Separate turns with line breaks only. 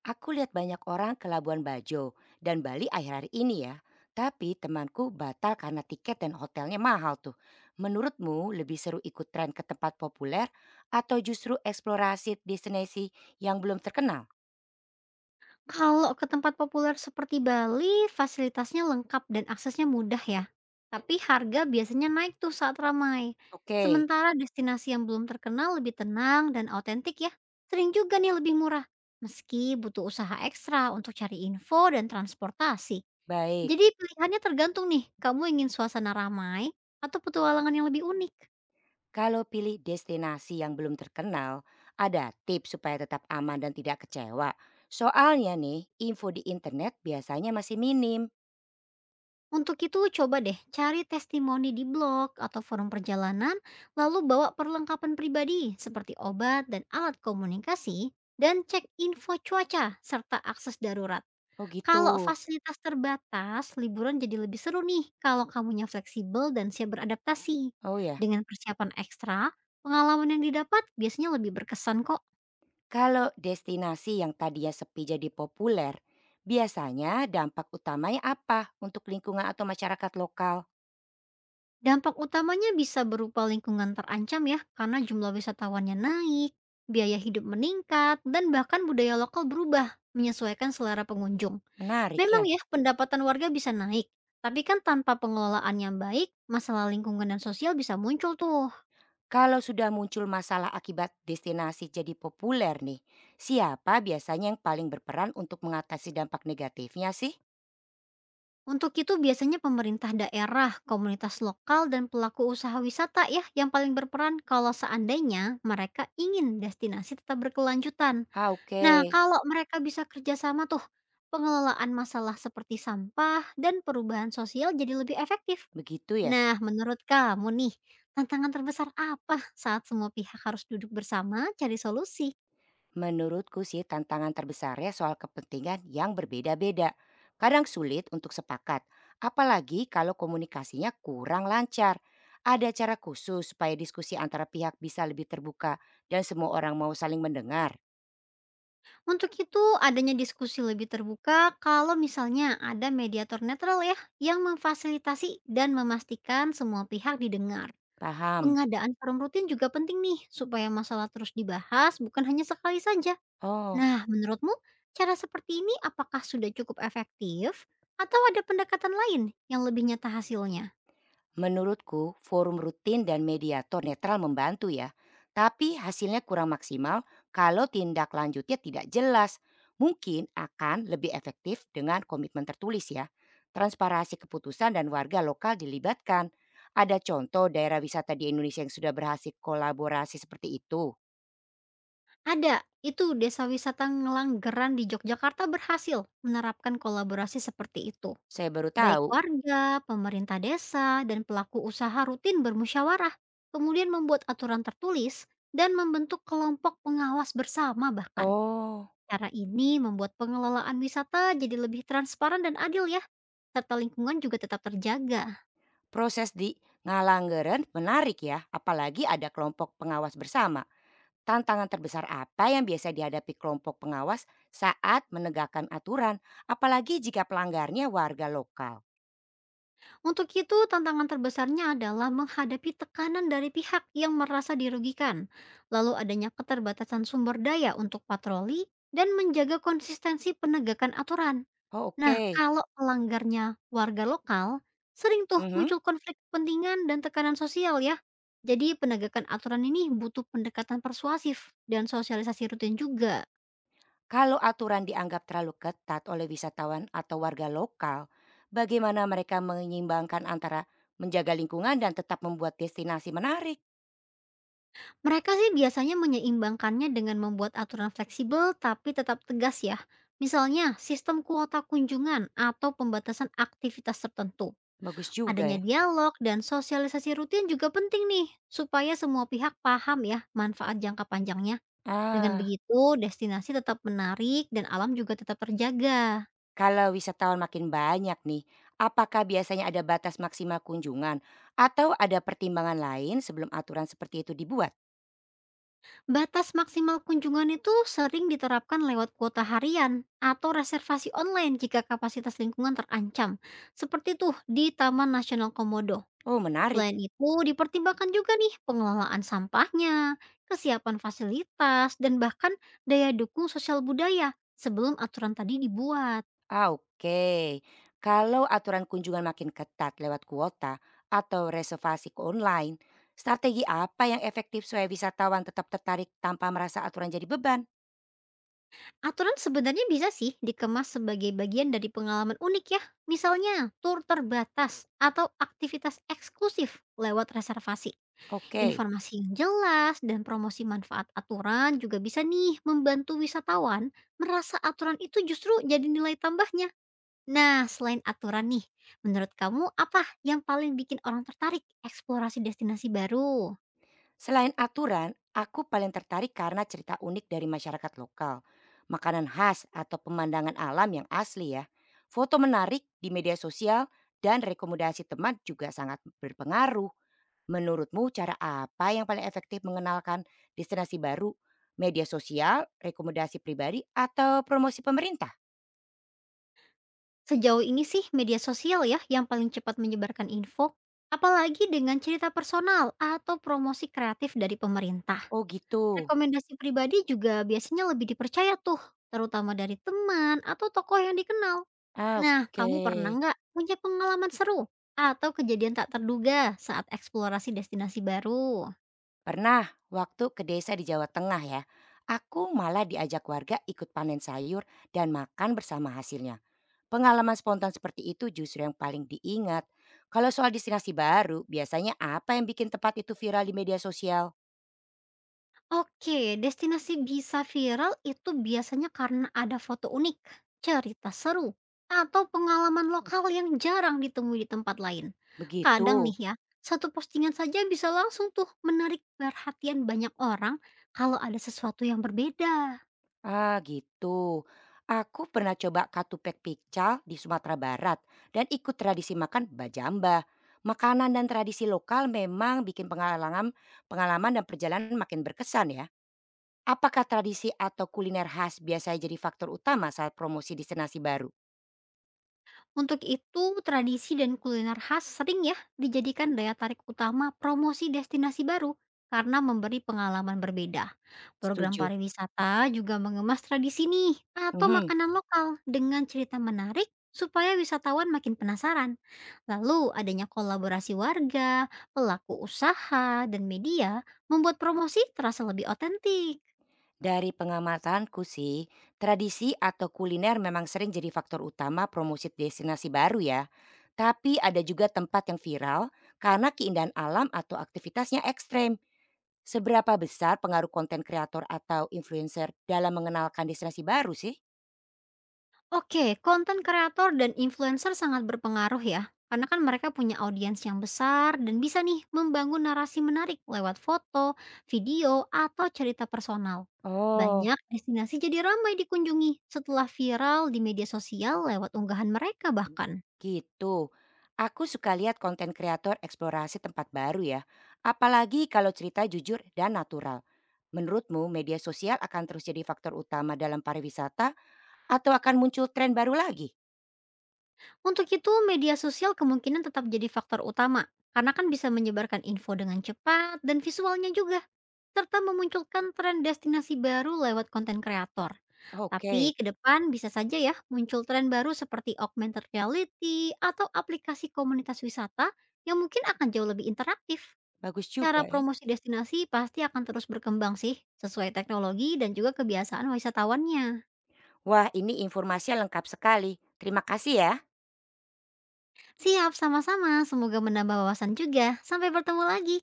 Aku lihat banyak orang ke Labuan Bajo dan Bali akhir-akhir ini ya. Tapi temanku batal karena tiket dan hotelnya mahal tuh. Menurutmu lebih seru ikut tren ke tempat populer atau justru eksplorasi destinasi yang belum terkenal?
Kalau ke tempat populer seperti Bali, fasilitasnya lengkap dan aksesnya mudah ya. Tapi harga biasanya naik tuh saat ramai.
Oke,
Sementara destinasi yang belum terkenal lebih tenang dan autentik ya. Sering juga nih lebih murah. Meski butuh usaha ekstra untuk cari info dan transportasi.
baik.
Jadi pilihannya tergantung nih, kamu ingin suasana ramai atau petualangan yang lebih unik.
Kalau pilih destinasi yang belum terkenal, ada tips supaya tetap aman dan tidak kecewa. Soalnya nih, info di internet biasanya masih minim.
Untuk itu coba deh cari testimoni di blog atau forum perjalanan, lalu bawa perlengkapan pribadi seperti obat dan alat komunikasi, dan cek info cuaca serta akses darurat.
Oh gitu.
Kalau fasilitas terbatas, liburan jadi lebih seru nih kalau kamunya fleksibel dan siap beradaptasi.
Oh ya.
Dengan persiapan ekstra, pengalaman yang didapat biasanya lebih berkesan kok.
Kalau destinasi yang tadinya sepi jadi populer, biasanya dampak utamanya apa untuk lingkungan atau masyarakat lokal?
Dampak utamanya bisa berupa lingkungan terancam ya, karena jumlah wisatawannya naik, biaya hidup meningkat, dan bahkan budaya lokal berubah menyesuaikan selera pengunjung.
Menarik ya.
Memang ya, pendapatan warga bisa naik, tapi kan tanpa pengelolaan yang baik, masalah lingkungan dan sosial bisa muncul tuh.
Kalau sudah muncul masalah akibat destinasi jadi populer nih, siapa biasanya yang paling berperan untuk mengatasi dampak negatifnya sih?
Untuk itu biasanya pemerintah daerah, komunitas lokal, dan pelaku usaha wisata ya yang paling berperan kalau seandainya mereka ingin destinasi tetap berkelanjutan.
Ah oke,
Nah, kalau mereka bisa kerjasama tuh, pengelolaan masalah seperti sampah dan perubahan sosial jadi lebih efektif.
begitu ya.
Nah, menurut kamu nih, tantangan terbesar apa saat semua pihak harus duduk bersama cari solusi?
Menurutku sih tantangan terbesarnya soal kepentingan yang berbeda-beda. Kadang sulit untuk sepakat, apalagi kalau komunikasinya kurang lancar. Ada cara khusus supaya diskusi antara pihak bisa lebih terbuka dan semua orang mau saling mendengar.
Untuk itu, adanya diskusi lebih terbuka kalau misalnya ada mediator netral ya, yang memfasilitasi dan memastikan semua pihak didengar.
Paham?
Pengadaan forum rutin juga penting nih, supaya masalah terus dibahas bukan hanya sekali saja.
Oh,
Nah, menurutmu cara seperti ini apakah sudah cukup efektif atau ada pendekatan lain yang lebih nyata hasilnya?
menurutku, forum rutin dan mediator netral membantu ya, tapi hasilnya kurang maksimal kalau tindak lanjutnya tidak jelas. Mungkin akan lebih efektif dengan komitmen tertulis ya, transparansi keputusan dan warga lokal dilibatkan. Ada contoh daerah wisata di Indonesia yang sudah berhasil kolaborasi seperti itu.
Ada, itu desa wisata Ngelanggeran di Yogyakarta berhasil menerapkan kolaborasi seperti itu.
Saya baru
Baik
tahu.
warga, pemerintah desa, dan pelaku usaha rutin bermusyawarah, kemudian membuat aturan tertulis dan membentuk kelompok pengawas bersama bahkan.
Oh,
Cara ini membuat pengelolaan wisata jadi lebih transparan dan adil ya, serta lingkungan juga tetap terjaga.
proses di Ngalanggeren menarik ya, apalagi ada kelompok pengawas bersama. Tantangan terbesar apa yang biasa dihadapi kelompok pengawas saat menegakkan aturan, apalagi jika pelanggarnya warga lokal?
Untuk itu, tantangan terbesarnya adalah menghadapi tekanan dari pihak yang merasa dirugikan, lalu adanya keterbatasan sumber daya untuk patroli, dan menjaga konsistensi penegakan aturan.
Oh,
Nah,
oke.
kalau pelanggarnya warga lokal, sering tuh
Mhm.
muncul konflik kepentingan dan tekanan sosial ya. Jadi penegakan aturan ini butuh pendekatan persuasif dan sosialisasi rutin juga.
Kalau aturan dianggap terlalu ketat oleh wisatawan atau warga lokal, bagaimana mereka menyeimbangkan antara menjaga lingkungan dan tetap membuat destinasi menarik?
Mereka sih biasanya menyeimbangkannya dengan membuat aturan fleksibel tapi tetap tegas ya. Misalnya sistem kuota kunjungan atau pembatasan aktivitas tertentu.
Bagus juga
Adanya
ya.
dialog dan sosialisasi rutin juga penting nih supaya semua pihak paham ya manfaat jangka panjangnya. Dengan
Ah,
begitu destinasi tetap menarik dan alam juga tetap terjaga.
kalau wisatawan makin banyak nih, apakah biasanya ada batas maksimal kunjungan atau ada pertimbangan lain sebelum aturan seperti itu dibuat?
Batas maksimal kunjungan itu sering diterapkan lewat kuota harian atau reservasi online jika kapasitas lingkungan terancam, seperti tuh di Taman Nasional Komodo.
Oh menarik.
Selain itu, dipertimbangkan juga nih pengelolaan sampahnya, kesiapan fasilitas, dan bahkan daya dukung sosial budaya sebelum aturan tadi dibuat.
Ah, oke. Kalau aturan kunjungan makin ketat lewat kuota atau reservasi ke online, strategi apa yang efektif supaya wisatawan tetap tertarik tanpa merasa aturan jadi beban?
Aturan sebenarnya bisa sih dikemas sebagai bagian dari pengalaman unik ya, misalnya tur terbatas atau aktivitas eksklusif lewat reservasi.
Oke.
Informasi yang jelas dan promosi manfaat aturan juga bisa nih membantu wisatawan merasa aturan itu justru jadi nilai tambahnya. Nah, selain aturan nih, menurut kamu apa yang paling bikin orang tertarik eksplorasi destinasi baru?
Selain aturan, aku paling tertarik karena cerita unik dari masyarakat lokal, makanan khas atau pemandangan alam yang asli ya. Foto menarik di media sosial dan rekomendasi teman juga sangat berpengaruh. Menurutmu cara apa yang paling efektif mengenalkan destinasi baru? Media sosial, rekomendasi pribadi, atau promosi pemerintah?
Sejauh ini sih media sosial ya yang paling cepat menyebarkan info, apalagi dengan cerita personal atau promosi kreatif dari pemerintah.
Oh gitu.
Rekomendasi pribadi juga biasanya lebih dipercaya tuh, terutama dari teman atau tokoh yang dikenal.
Ah,
Nah,
oke.
kamu pernah nggak punya pengalaman seru atau kejadian tak terduga saat eksplorasi destinasi baru?
Pernah, waktu ke desa di Jawa Tengah ya, aku malah diajak warga ikut panen sayur dan makan bersama hasilnya. Pengalaman spontan seperti itu justru yang paling diingat. Kalau soal destinasi baru, biasanya apa yang bikin tempat itu viral di media sosial?
Oke, destinasi bisa viral itu biasanya karena ada foto unik, cerita seru, atau pengalaman lokal yang jarang ditemui di tempat lain. Kadang
Begitu.
nih ya, satu postingan saja bisa langsung tuh menarik perhatian banyak orang kalau ada sesuatu yang berbeda.
Ah gitu. Aku pernah coba katupek pical di Sumatera Barat dan ikut tradisi makan bajamba. Makanan dan tradisi lokal memang bikin pengalaman dan perjalanan makin berkesan ya. Apakah tradisi atau kuliner khas biasanya jadi faktor utama saat promosi destinasi baru?
Untuk itu, tradisi dan kuliner khas sering ya dijadikan daya tarik utama promosi destinasi baru karena memberi pengalaman berbeda. Program
Setuju.
pariwisata juga mengemas tradisi nih atau
Mhm.
makanan lokal dengan cerita menarik supaya wisatawan makin penasaran. Lalu adanya kolaborasi warga, pelaku usaha, dan media membuat promosi terasa lebih otentik.
Dari pengamatanku sih, tradisi atau kuliner memang sering jadi faktor utama promosi destinasi baru ya. Tapi ada juga tempat yang viral karena keindahan alam atau aktivitasnya ekstrem. Seberapa besar pengaruh konten kreator atau influencer dalam mengenalkan destinasi baru sih?
Oke, konten kreator dan influencer sangat berpengaruh ya. Karena kan mereka punya audiens yang besar dan bisa nih membangun narasi menarik lewat foto, video, atau cerita personal.
Oh,
Banyak destinasi jadi ramai dikunjungi setelah viral di media sosial lewat unggahan mereka bahkan.
gitu. Aku suka lihat konten kreator eksplorasi tempat baru ya. Apalagi kalau cerita jujur dan natural. Menurutmu media sosial akan terus jadi faktor utama dalam pariwisata atau akan muncul tren baru lagi?
Untuk itu, media sosial kemungkinan tetap jadi faktor utama karena kan bisa menyebarkan info dengan cepat dan visualnya juga serta memunculkan tren destinasi baru lewat konten kreator.
Oke,
Tapi ke depan bisa saja ya muncul tren baru seperti augmented reality atau aplikasi komunitas wisata yang mungkin akan jauh lebih interaktif.
bagus juga
Cara
ya.
promosi destinasi pasti akan terus berkembang sih, sesuai teknologi dan juga kebiasaan wisatawannya.
Wah ini informasinya lengkap sekali. Terima kasih ya.
Siap, sama-sama. Semoga menambah wawasan juga. Sampai bertemu lagi.